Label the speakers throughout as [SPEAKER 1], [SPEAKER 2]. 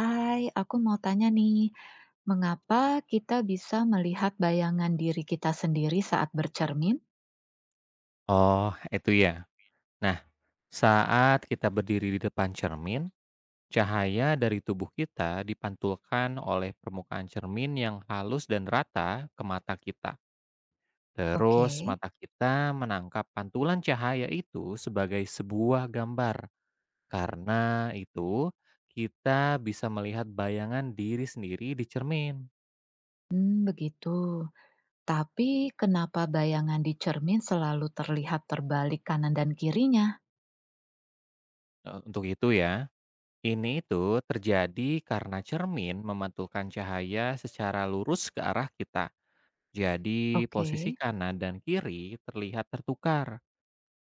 [SPEAKER 1] Hai, aku mau tanya nih, mengapa kita bisa melihat bayangan diri kita sendiri saat bercermin?
[SPEAKER 2] Oh, itu ya. Nah, saat kita berdiri di depan cermin, cahaya dari tubuh kita dipantulkan oleh permukaan cermin yang halus dan rata ke mata kita.
[SPEAKER 1] Oke.
[SPEAKER 2] Terus mata kita menangkap pantulan cahaya itu sebagai sebuah gambar. Karena itu, kita bisa melihat bayangan diri sendiri di cermin.
[SPEAKER 1] Begitu. Tapi kenapa bayangan di cermin selalu terlihat terbalik kanan dan kirinya?
[SPEAKER 2] Untuk itu ya, ini terjadi karena cermin memantulkan cahaya secara lurus ke arah kita. Jadi,
[SPEAKER 1] Oke.
[SPEAKER 2] posisi kanan dan kiri terlihat tertukar.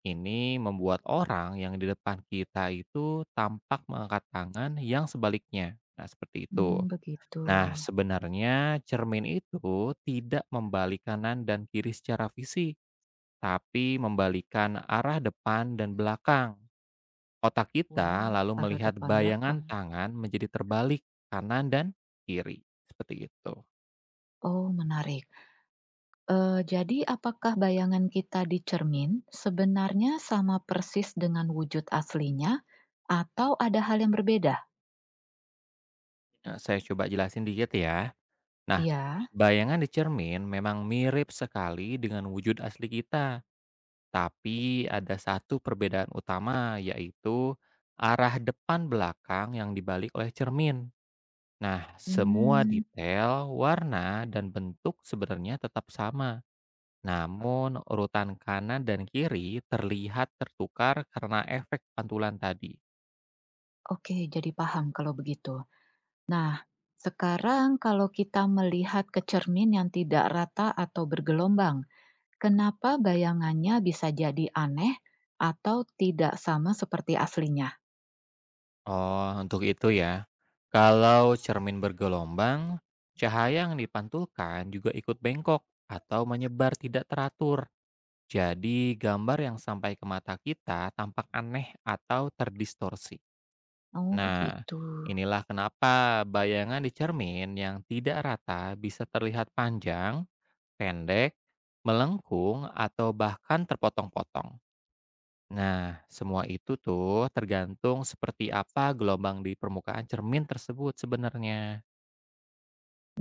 [SPEAKER 2] Ini membuat orang yang di depan kita itu tampak mengangkat tangan yang sebaliknya. Nah, seperti itu.
[SPEAKER 1] Begitu.
[SPEAKER 2] Nah, sebenarnya cermin itu tidak membalik kanan dan kiri secara fisik, tapi membalikan arah depan dan belakang. Otak
[SPEAKER 1] Wah,
[SPEAKER 2] kita lalu
[SPEAKER 1] arah
[SPEAKER 2] melihat
[SPEAKER 1] depan
[SPEAKER 2] bayangan
[SPEAKER 1] belakang.
[SPEAKER 2] tangan menjadi terbalik kanan dan kiri. Seperti itu.
[SPEAKER 1] Oh, menarik. Jadi, apakah bayangan kita di cermin sebenarnya sama persis dengan wujud aslinya, atau ada hal yang berbeda?
[SPEAKER 2] Nah, saya coba jelasin dikit ya. Nah,
[SPEAKER 1] Iya.
[SPEAKER 2] bayangan di cermin memang mirip sekali dengan wujud asli kita, tapi ada satu perbedaan utama yaitu arah depan belakang yang dibalik oleh cermin. Nah, semua
[SPEAKER 1] Hmm,
[SPEAKER 2] detail, warna, dan bentuk sebenarnya tetap sama. Namun, urutan kanan dan kiri terlihat tertukar karena efek pantulan tadi.
[SPEAKER 1] oke, jadi paham kalau begitu. Nah, sekarang kalau kita melihat ke cermin yang tidak rata atau bergelombang, kenapa bayangannya bisa jadi aneh atau tidak sama seperti aslinya?
[SPEAKER 2] Oh, untuk itu ya. Kalau cermin bergelombang, cahaya yang dipantulkan juga ikut bengkok atau menyebar tidak teratur. Jadi, gambar yang sampai ke mata kita tampak aneh atau terdistorsi.
[SPEAKER 1] Oh,
[SPEAKER 2] Nah,
[SPEAKER 1] begitu.
[SPEAKER 2] inilah kenapa bayangan di cermin yang tidak rata bisa terlihat panjang, pendek, melengkung, atau bahkan terpotong-potong. Nah, semua itu tuh tergantung seperti apa gelombang di permukaan cermin tersebut sebenarnya.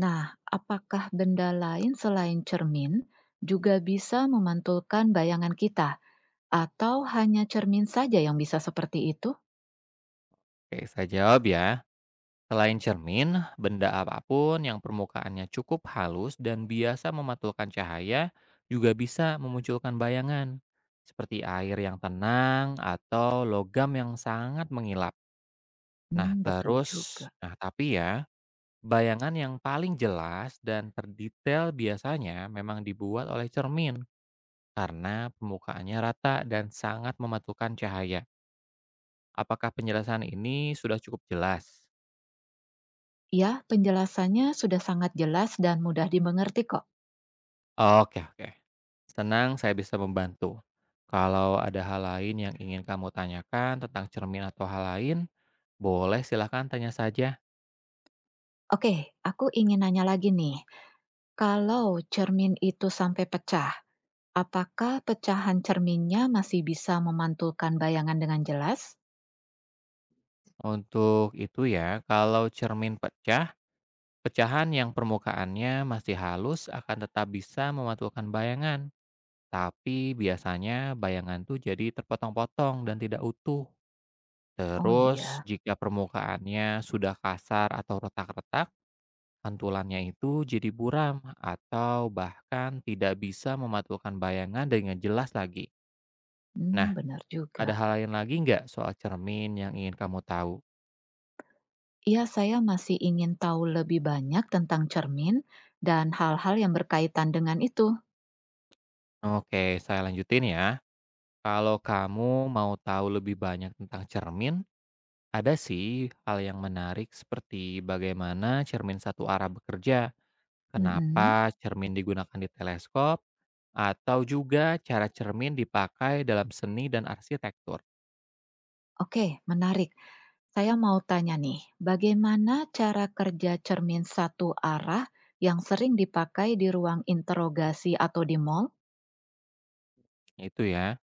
[SPEAKER 1] Nah, apakah benda lain selain cermin juga bisa memantulkan bayangan kita, atau hanya cermin saja yang bisa seperti itu?
[SPEAKER 2] Oke, saya jawab ya. Selain cermin, benda apapun yang permukaannya cukup halus dan biasa memantulkan cahaya juga bisa memunculkan bayangan, seperti air yang tenang atau logam yang sangat mengilap. Nah,
[SPEAKER 1] Hmm, betul
[SPEAKER 2] terus,
[SPEAKER 1] juga.
[SPEAKER 2] nah tapi ya, bayangan yang paling jelas dan terdetail biasanya memang dibuat oleh cermin karena permukaannya rata dan sangat mematukan cahaya. Apakah penjelasan ini sudah cukup jelas?
[SPEAKER 1] Ya, penjelasannya sudah sangat jelas dan mudah dimengerti kok.
[SPEAKER 2] Oke, oke. Senang saya bisa membantu. Kalau ada hal lain yang ingin kamu tanyakan tentang cermin atau hal lain, boleh silahkan tanya saja.
[SPEAKER 1] Oke, aku ingin nanya lagi nih. Kalau cermin itu sampai pecah, apakah pecahan cerminnya masih bisa memantulkan bayangan dengan jelas?
[SPEAKER 2] Untuk itu ya, kalau cermin pecah, pecahan yang permukaannya masih halus akan tetap bisa mematukan bayangan. Tapi biasanya bayangan tuh jadi terpotong-potong dan tidak utuh.
[SPEAKER 1] Oh
[SPEAKER 2] Terus
[SPEAKER 1] iya.
[SPEAKER 2] jika permukaannya sudah kasar atau retak-retak, pantulannya itu jadi buram atau bahkan tidak bisa memantulkan bayangan dengan jelas lagi. Nah,
[SPEAKER 1] Hmm, benar juga.
[SPEAKER 2] ada hal lain lagi nggak soal cermin yang ingin kamu tahu?
[SPEAKER 1] Iya, saya masih ingin tahu lebih banyak tentang cermin dan hal-hal yang berkaitan dengan itu.
[SPEAKER 2] Oke, saya lanjutin ya. Kalau kamu mau tahu lebih banyak tentang cermin, ada sih hal yang menarik seperti bagaimana cermin satu arah bekerja,
[SPEAKER 1] Mm-mm.
[SPEAKER 2] kenapa cermin digunakan di teleskop? Atau juga cara cermin dipakai dalam seni dan arsitektur?
[SPEAKER 1] Oke, menarik. Saya mau tanya nih, bagaimana cara kerja cermin satu arah yang sering dipakai di ruang interogasi atau di mall?
[SPEAKER 2] Itu ya.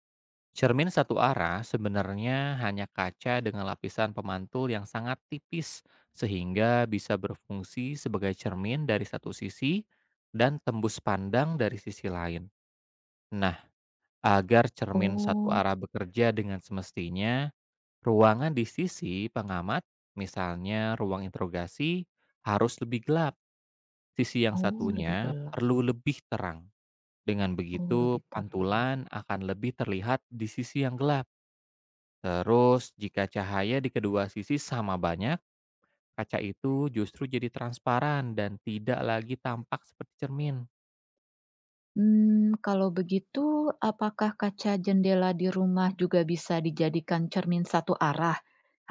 [SPEAKER 2] Cermin satu arah sebenarnya hanya kaca dengan lapisan pemantul yang sangat tipis sehingga bisa berfungsi sebagai cermin dari satu sisi dan tembus pandang dari sisi lain. Nah, agar cermin satu
[SPEAKER 1] Oh,
[SPEAKER 2] arah bekerja dengan semestinya, ruangan di sisi pengamat, misalnya ruang interogasi, harus lebih gelap. Sisi yang
[SPEAKER 1] oh lebih
[SPEAKER 2] satunya
[SPEAKER 1] gelap,
[SPEAKER 2] perlu lebih terang. Dengan
[SPEAKER 1] oh
[SPEAKER 2] begitu,
[SPEAKER 1] lebih terang.
[SPEAKER 2] pantulan akan lebih terlihat di sisi yang gelap. Terus, jika cahaya di kedua sisi sama banyak, kaca itu justru jadi transparan dan tidak lagi tampak seperti cermin.
[SPEAKER 1] Hmm, kalau begitu, apakah kaca jendela di rumah juga bisa dijadikan cermin satu arah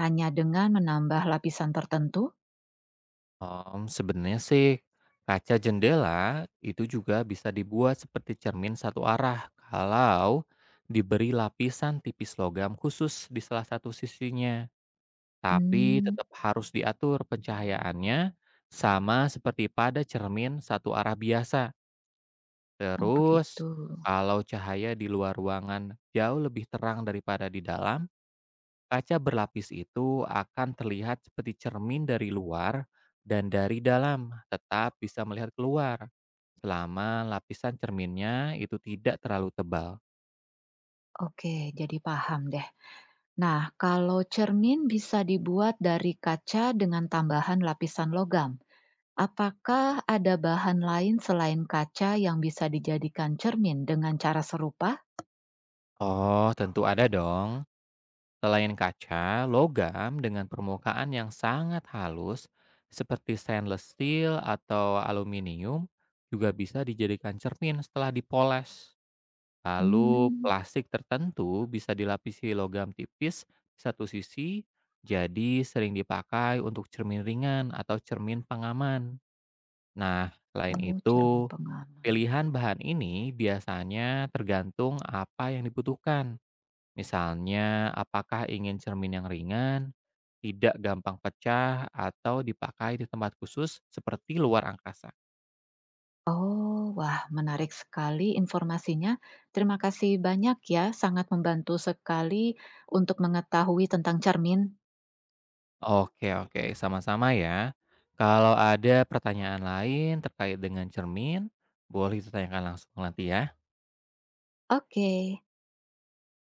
[SPEAKER 1] hanya dengan menambah lapisan tertentu?
[SPEAKER 2] Om, sebenarnya sih, kaca jendela itu juga bisa dibuat seperti cermin satu arah kalau diberi lapisan tipis logam khusus di salah satu sisinya. Tapi
[SPEAKER 1] Hmm,
[SPEAKER 2] tetap harus diatur pencahayaannya sama seperti pada cermin satu arah biasa.
[SPEAKER 1] oh begitu.
[SPEAKER 2] Terus, kalau cahaya di luar ruangan jauh lebih terang daripada di dalam, kaca berlapis itu akan terlihat seperti cermin dari luar dan dari dalam, tetap bisa melihat keluar selama lapisan cerminnya itu tidak terlalu tebal.
[SPEAKER 1] Oke, jadi paham deh. Nah, kalau cermin bisa dibuat dari kaca dengan tambahan lapisan logam, apakah ada bahan lain selain kaca yang bisa dijadikan cermin dengan cara serupa?
[SPEAKER 2] Oh, tentu ada dong. Selain kaca, logam dengan permukaan yang sangat halus seperti stainless steel atau aluminium juga bisa dijadikan cermin setelah dipoles. Lalu
[SPEAKER 1] Hmm,
[SPEAKER 2] plastik tertentu bisa dilapisi logam tipis di satu sisi, jadi sering dipakai untuk cermin ringan atau cermin pengaman. Nah, selain
[SPEAKER 1] oh cermin
[SPEAKER 2] itu,
[SPEAKER 1] pengaman.
[SPEAKER 2] pilihan bahan ini biasanya tergantung apa yang dibutuhkan. Misalnya, apakah ingin cermin yang ringan, tidak gampang pecah, atau dipakai di tempat khusus seperti luar angkasa?
[SPEAKER 1] Oh, wah menarik sekali informasinya. Terima kasih banyak ya, sangat membantu sekali untuk mengetahui tentang cermin.
[SPEAKER 2] Oke, oke, sama-sama ya. Kalau ada pertanyaan lain terkait dengan cermin, boleh ditanyakan langsung nanti ya.
[SPEAKER 1] Oke.